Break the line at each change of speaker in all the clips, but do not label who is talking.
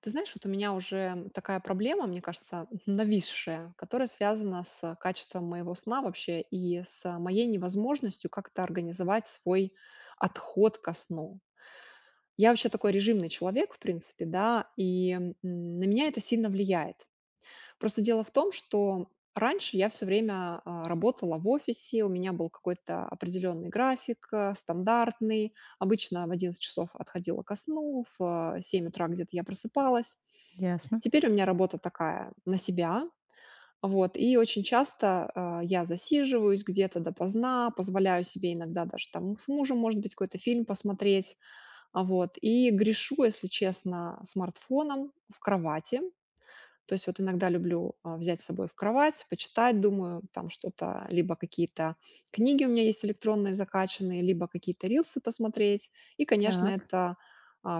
Ты знаешь, вот у меня уже такая проблема, мне кажется, нависшая, которая связана с качеством моего сна вообще и с моей невозможностью как-то организовать свой отход ко сну. Я вообще такой режимный человек, в принципе, да, и на меня это сильно влияет. Просто дело в том, что раньше я все время, работала в офисе, у меня был какой-то определенный график, стандартный. Обычно в 11 часов отходила ко сну, в, 7 утра где-то я просыпалась.
Ясно.
Теперь у меня работа такая на себя, вот, и очень часто, я засиживаюсь где-то допоздна, позволяю себе иногда даже там с мужем, может быть, какой-то фильм посмотреть, вот, и грешу, если честно, смартфоном в кровати. То есть вот иногда люблю, взять с собой в кровать, почитать, думаю, там что-то, либо какие-то книги у меня есть электронные закачанные, либо какие-то рилсы посмотреть. И, конечно,
Так,
это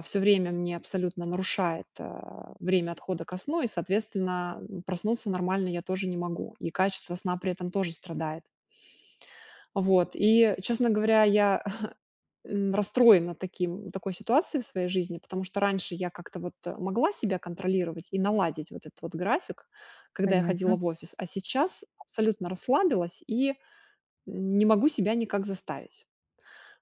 все время мне абсолютно нарушает, время отхода ко сну, и, соответственно, проснуться нормально я тоже не могу, и качество сна при этом тоже страдает. Вот, и, честно говоря, я расстроена таким такой ситуацией в своей жизни, потому что раньше я как-то вот могла себя контролировать и наладить вот этот вот график, когда я ходила
понятно.
в офис, а сейчас абсолютно расслабилась и не могу себя никак заставить.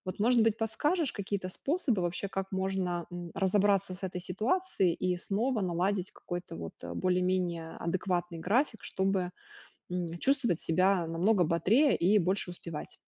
Вот, может быть, подскажешь какие-то способы вообще, как можно разобраться с этой ситуацией и снова наладить какой-то вот более-менее адекватный график, чтобы чувствовать себя намного бодрее и больше успевать.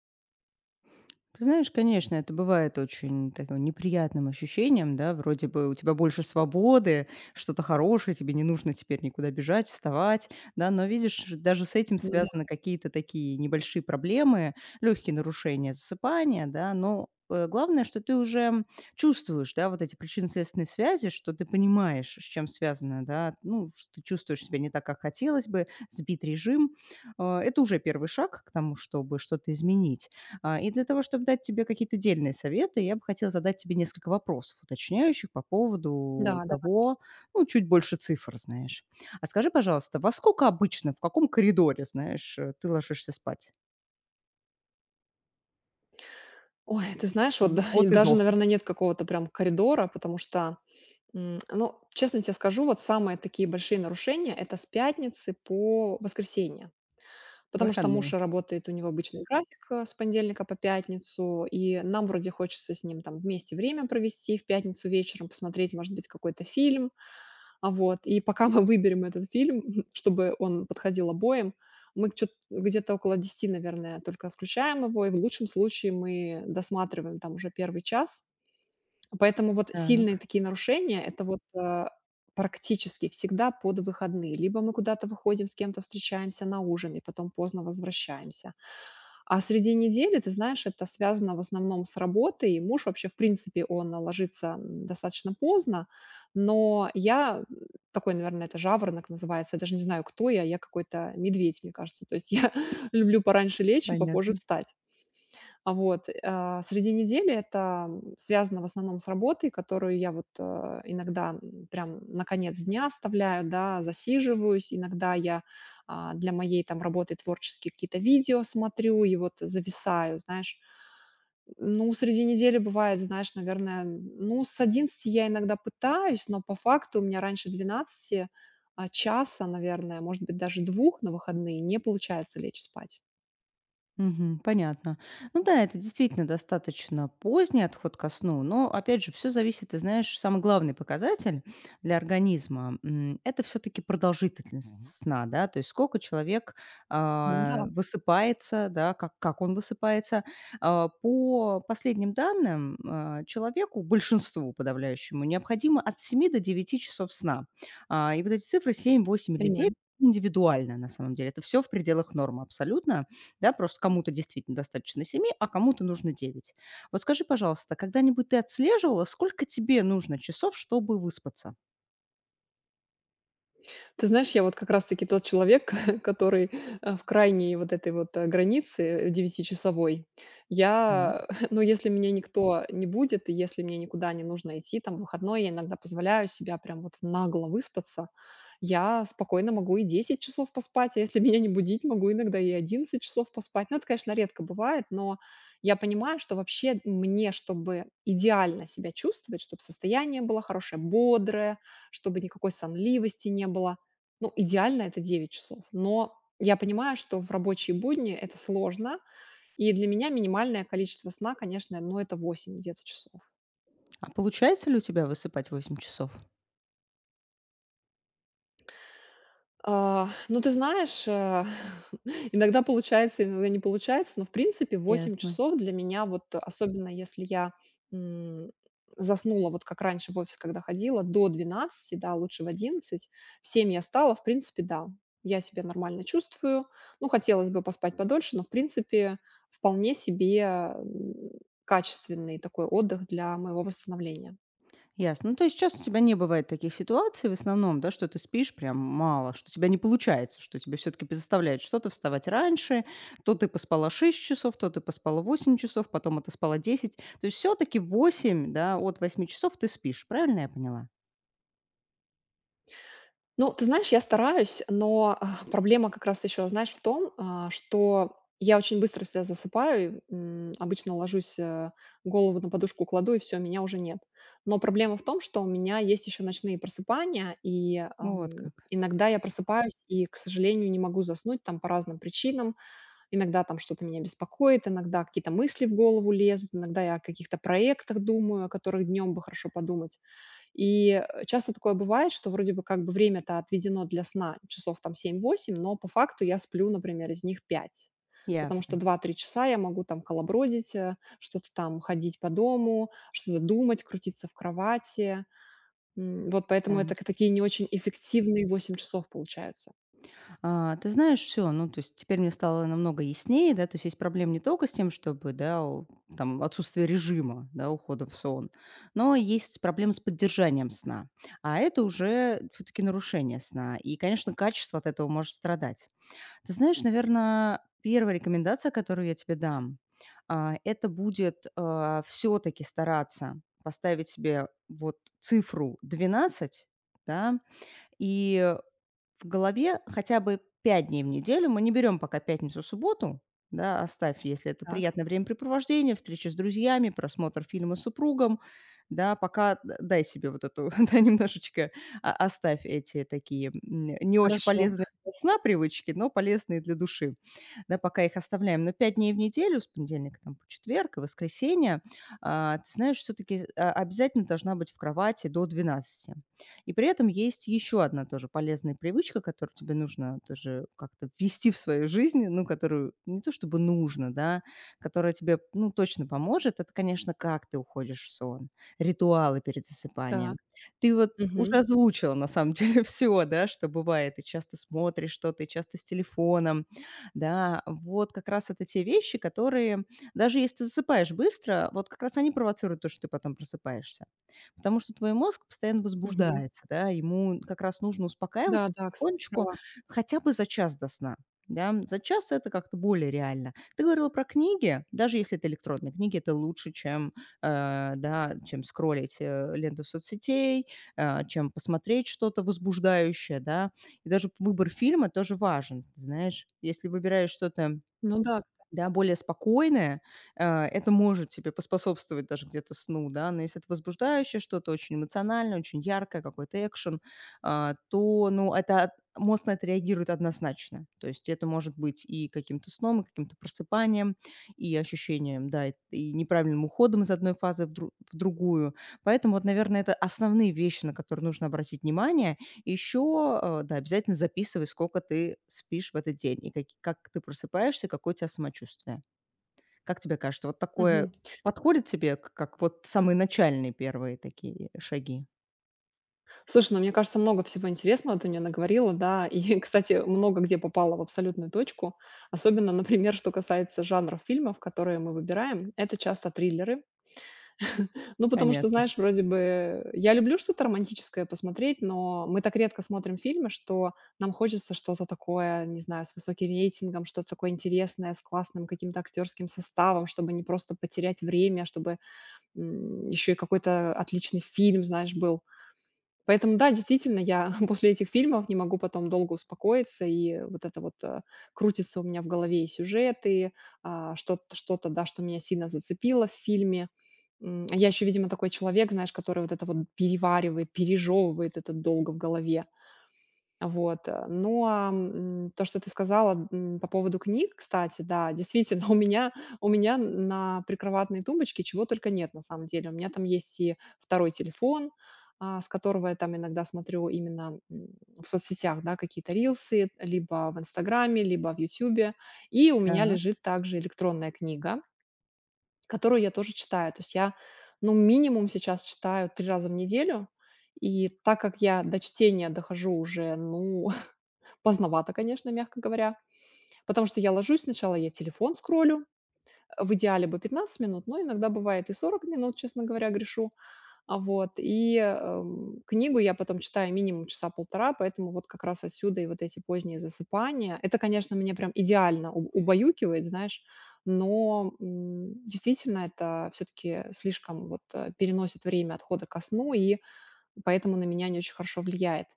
Ты знаешь, конечно, это бывает очень таким неприятным ощущением, да, вроде бы у тебя больше свободы, что-то хорошее, тебе не нужно теперь никуда бежать, вставать, да, но видишь, даже с этим
Ну да,
связаны какие-то такие небольшие проблемы, легкие нарушения засыпания, да, но главное, что ты уже чувствуешь, да, вот эти причинно-следственные связи, что ты понимаешь, с чем связано, да, ну, что ты чувствуешь себя не так, как хотелось бы, сбит режим. Это уже первый шаг к тому, чтобы что-то изменить. И для того, чтобы дать тебе какие-то дельные советы, я бы хотела задать тебе несколько вопросов уточняющих по поводу
да, да.
того, ну, чуть больше цифр, знаешь. А скажи, пожалуйста, во сколько обычно, в каком коридоре, знаешь, ты ложишься спать?
Ой, ты знаешь, вот
М,
да, и
от и
даже,
до.
наверное, нет какого-то прям коридора, потому что, ну, честно тебе скажу, вот самые такие большие нарушения — это с пятницы по воскресенье. Потому что муж
Выходные.
работает, у него обычный график, с понедельника по пятницу, и нам вроде хочется с ним там вместе время провести в пятницу вечером, посмотреть, может быть, какой-то фильм, а вот, и пока мы выберем этот фильм, чтобы он подходил обоим, мы чё где-то около 10, наверное, только включаем его, и в лучшем случае мы досматриваем там уже первый час. Поэтому вот сильные
Так,
такие нарушения — это вот, практически всегда под выходные. Либо мы куда-то выходим, с кем-то встречаемся на ужин и потом поздно возвращаемся. А среди недели, ты знаешь, это связано в основном с работой. И муж вообще, в принципе, он ложится достаточно поздно, но я такой, наверное, это жаворонок называется. Я даже не знаю, кто я. Я какой-то медведь, мне кажется. То есть я люблю пораньше лечь и попозже
понятно.
встать. А вот, среди недели это, связано в основном с работой, которую я вот, иногда, прям на конец дня оставляю, да, засиживаюсь. Иногда я, для моей там работы творческие какие-то видео смотрю и вот зависаю, знаешь. Ну, среди недели бывает, знаешь, наверное, ну, с 11 я иногда пытаюсь, но по факту у меня раньше 12 часа, наверное, может быть, даже 2 на выходные не получается лечь спать.
Мгм. Понятно. Ну да, это действительно достаточно поздний отход ко сну, но, опять же, все зависит, ты знаешь, самый главный показатель для организма, м, это все таки мгм, продолжительность сна, да, то есть сколько человек,
Ну да,
высыпается, да, как он высыпается. По последним данным, человеку, большинству подавляющему, необходимо от 7 до 9 часов сна. И вот эти цифры 7, 8 или 9
понимаю.
индивидуально, на самом деле. Это все в пределах нормы абсолютно. Да, просто кому-то действительно достаточно 7, а кому-то нужно 9. Вот скажи, пожалуйста, когда-нибудь ты отслеживала, сколько тебе нужно часов, чтобы выспаться?
Ты знаешь, я вот как раз-таки тот человек, который, в крайней вот этой вот, границе, девятичасовой.
Так.
Я, ну, если меня никто не будет, и если мне никуда не нужно идти, там, в выходной, я иногда позволяю себя прям вот нагло выспаться. Я спокойно могу и 10 часов поспать, а если меня не будить, могу иногда и 11 часов поспать. Ну, это, конечно, редко бывает, но я понимаю, что вообще мне, чтобы идеально себя чувствовать, чтобы состояние было хорошее, бодрое, чтобы никакой сонливости не было, ну, идеально это 9 часов, но я понимаю, что в рабочие будни это сложно, и для меня минимальное количество сна, конечно, ну, это 8 где-то часов.
А получается ли у тебя высыпать 8 часов?
Ну, ты знаешь, иногда получается, иногда не получается, но, в принципе, восемь
Ясно.
часов для меня, вот особенно если я, м, заснула, вот как раньше в офис, когда ходила, до 12, да, лучше в 11, в 7 я стала, в принципе, да, я себя нормально чувствую. Ну, хотелось бы поспать подольше, но, в принципе, вполне себе, качественный такой отдых для моего восстановления.
Ясно. Ну, то есть сейчас у тебя не бывает таких ситуаций в основном, да, что ты спишь прям мало, что у тебя не получается, что тебя все-таки заставляет что-то вставать раньше, то ты поспала 6 часов, то ты поспала 8 часов, потом отоспала 10. То есть все-таки 8, да, от 8 часов ты спишь, правильно я поняла?
Ну, ты знаешь, я стараюсь, но проблема как раз еще, знаешь, в том, что я очень быстро себя засыпаю, и, обычно ложусь, голову на подушку кладу, и все, меня уже нет. Но проблема в том, что у меня есть еще ночные просыпания, и
Вот как.
иногда я просыпаюсь и, к сожалению, не могу заснуть там по разным причинам. Иногда там что-то меня беспокоит, иногда какие-то мысли в голову лезут, иногда я о каких-то проектах думаю, о которых днем бы хорошо подумать. И, часто такое бывает, что вроде бы как бы время-то отведено для сна часов там 7-8, но по факту я сплю, например, из них 5, потому что
Ясно.
2-3 часа я могу там колобродить, что-то там ходить по дому, что-то думать, крутиться в кровати. Вот поэтому
Да.
это к такие не очень эффективные 8 часов получаются.
Ты знаешь, все, ну, то есть теперь мне стало намного яснее, да, то есть есть проблема не только с тем, чтобы, да, у там отсутствие режима, да, ухода в сон, но есть проблемы с поддержанием сна, а это уже все таки нарушение сна, и, конечно, качество от этого может страдать. Ты знаешь, наверное, первая рекомендация, которую я тебе дам, это будет, все таки стараться поставить себе вот цифру 12, да, и в голове хотя бы 5 дней в неделю. Мы не берем пока пятницу-субботу, да, оставь, если это
Так,
приятное времяпрепровождение, встреча с друзьями, просмотр фильма с супругом, да, пока дай себе вот эту, да, немножечко оставь эти такие не очень
хорошо.
полезные для сна привычки, но полезные для души, да, пока их оставляем. Но 5 дней в неделю, с понедельника там по четверг и воскресенье, ты знаешь, все-таки обязательно должна быть в кровати до двенадцати, и при этом есть еще одна тоже полезная привычка, которую тебе нужно тоже как-то ввести в свою жизнь, ну, которую не то чтобы нужно, да, которая тебе, ну, точно поможет. Это, конечно, как ты уходишь в сон, ритуалы перед
Так.
засыпанием. Ты вот
Мгм,
уже озвучила, на самом деле, все, да, что бывает. Ты часто смотришь что-то, и часто с телефоном, да. Вот как раз это те вещи, которые, даже если ты засыпаешь быстро, вот как раз они провоцируют то, что ты потом просыпаешься. Потому что твой мозг постоянно
мгм.
возбуждается, да, ему как раз нужно
Да,
успокаиваться
да, кстати,
потихонечку
права.
хотя бы за час до сна. Да, за час это как-то более реально. Ты говорила про книги, даже если это электронные книги, это лучше, чем, да, чем скроллить ленту соцсетей, чем посмотреть что-то возбуждающее, да. И даже выбор фильма тоже важен, ты знаешь. Если выбираешь что-то,
Ну да.
да, более спокойное, это может тебе поспособствовать даже где-то сну, да. Но если это возбуждающее что-то, очень эмоциональное, очень яркое, какой-то экшен, это от мозг на это реагирует однозначно. То есть это может быть и каким-то сном, и каким-то просыпанием, и ощущением, да, и неправильным уходом из одной фазы в дру в другую. Поэтому вот, наверное, это основные вещи, на которые нужно обратить внимание. Еще, да, обязательно записывай, сколько ты спишь в этот день и как ты просыпаешься, какое у тебя самочувствие. Как тебе кажется, вот такое
Мгм.
подходит тебе, к как вот самые начальные первые такие шаги?
Слушай, ну, мне кажется, много всего интересного ты мне наговорила, да. И, кстати, много где попала в абсолютную точку. Особенно, например, что касается жанров фильмов, которые мы выбираем. Это часто триллеры. Ну, потому что,
Понятно.
знаешь, вроде бы я люблю что-то романтическое посмотреть, но мы так редко смотрим фильмы, что нам хочется что-то такое, не знаю, с высоким рейтингом, что-то такое интересное, с классным каким-то актерским составом, чтобы не просто потерять время, а чтобы еще и какой-то отличный фильм, знаешь, был. Поэтому да, действительно, я после этих фильмов не могу потом долго успокоиться, и вот это вот крутится у меня в голове и сюжеты, что-то, что-то, да, что меня сильно зацепило в фильме. Я еще, видимо, такой человек, знаешь, который вот это вот переваривает, пережевывает это долго в голове. Вот. Ну, то, что ты сказала, по поводу книг, кстати, да, действительно, у меня на прикроватной тумбочке чего только нет, на самом деле. У меня там есть и второй телефон, с которого я там иногда смотрю именно, в соцсетях, да, какие-то рилсы, либо в "Инстаграме", либо в "Ютубе". И у меня
Так,
лежит также электронная книга, которую я тоже читаю. То есть я, ну, минимум сейчас читаю 3 раза в неделю. И так как я до чтения дохожу уже, ну, поздновато, конечно, мягко говоря, потому что я ложусь, сначала я телефон скроллю, в идеале бы 15 минут, но иногда бывает и 40 минут, честно говоря, грешу. Вот, и, книгу я потом читаю минимум часа полтора, поэтому вот как раз отсюда и вот эти поздние засыпания. Это, конечно, меня прям идеально уб убаюкивает, знаешь, но, действительно, это все таки слишком вот, переносит время отхода ко сну и, поэтому на меня не очень хорошо влияет.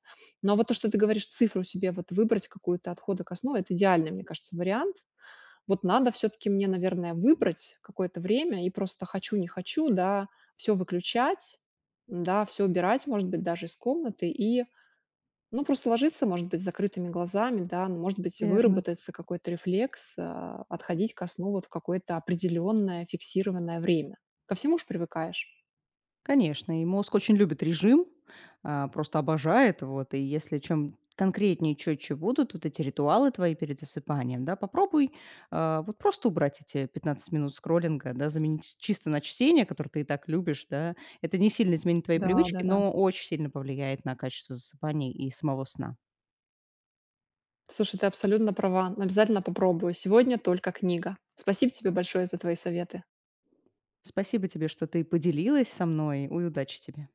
Но вот то, что ты говоришь, цифру себе вот выбрать какую-то от хода ко сну — это идеальный, мне кажется, вариант. Вот надо все таки мне, наверное, выбрать какое-то время и просто хочу, не хочу, да, все выключать, да, все убирать, может быть, даже из комнаты и, ну, просто ложиться, может быть, с закрытыми глазами, да, ну, может быть,
верно.
выработается какой-то рефлекс, отходить ко сну вот в какое-то определенное фиксированное время. Ко всему ж привыкаешь.
Конечно, и мозг очень любит режим, просто обожает. Вот, и если чем конкретнее и четче будут вот эти ритуалы твои перед засыпанием, да, попробуй вот просто убрать эти 15 минут скроллинга, да, заменить чисто на чтение, которое ты и так любишь, да. Это не сильно изменит твои привычки,
Да-да-да.
но очень сильно повлияет на качество засыпания и самого сна.
Слушай, ты абсолютно права. Обязательно попробую. Сегодня только книга. Спасибо тебе большое за твои советы.
Спасибо тебе, что ты поделилась со мной, и удачи тебе.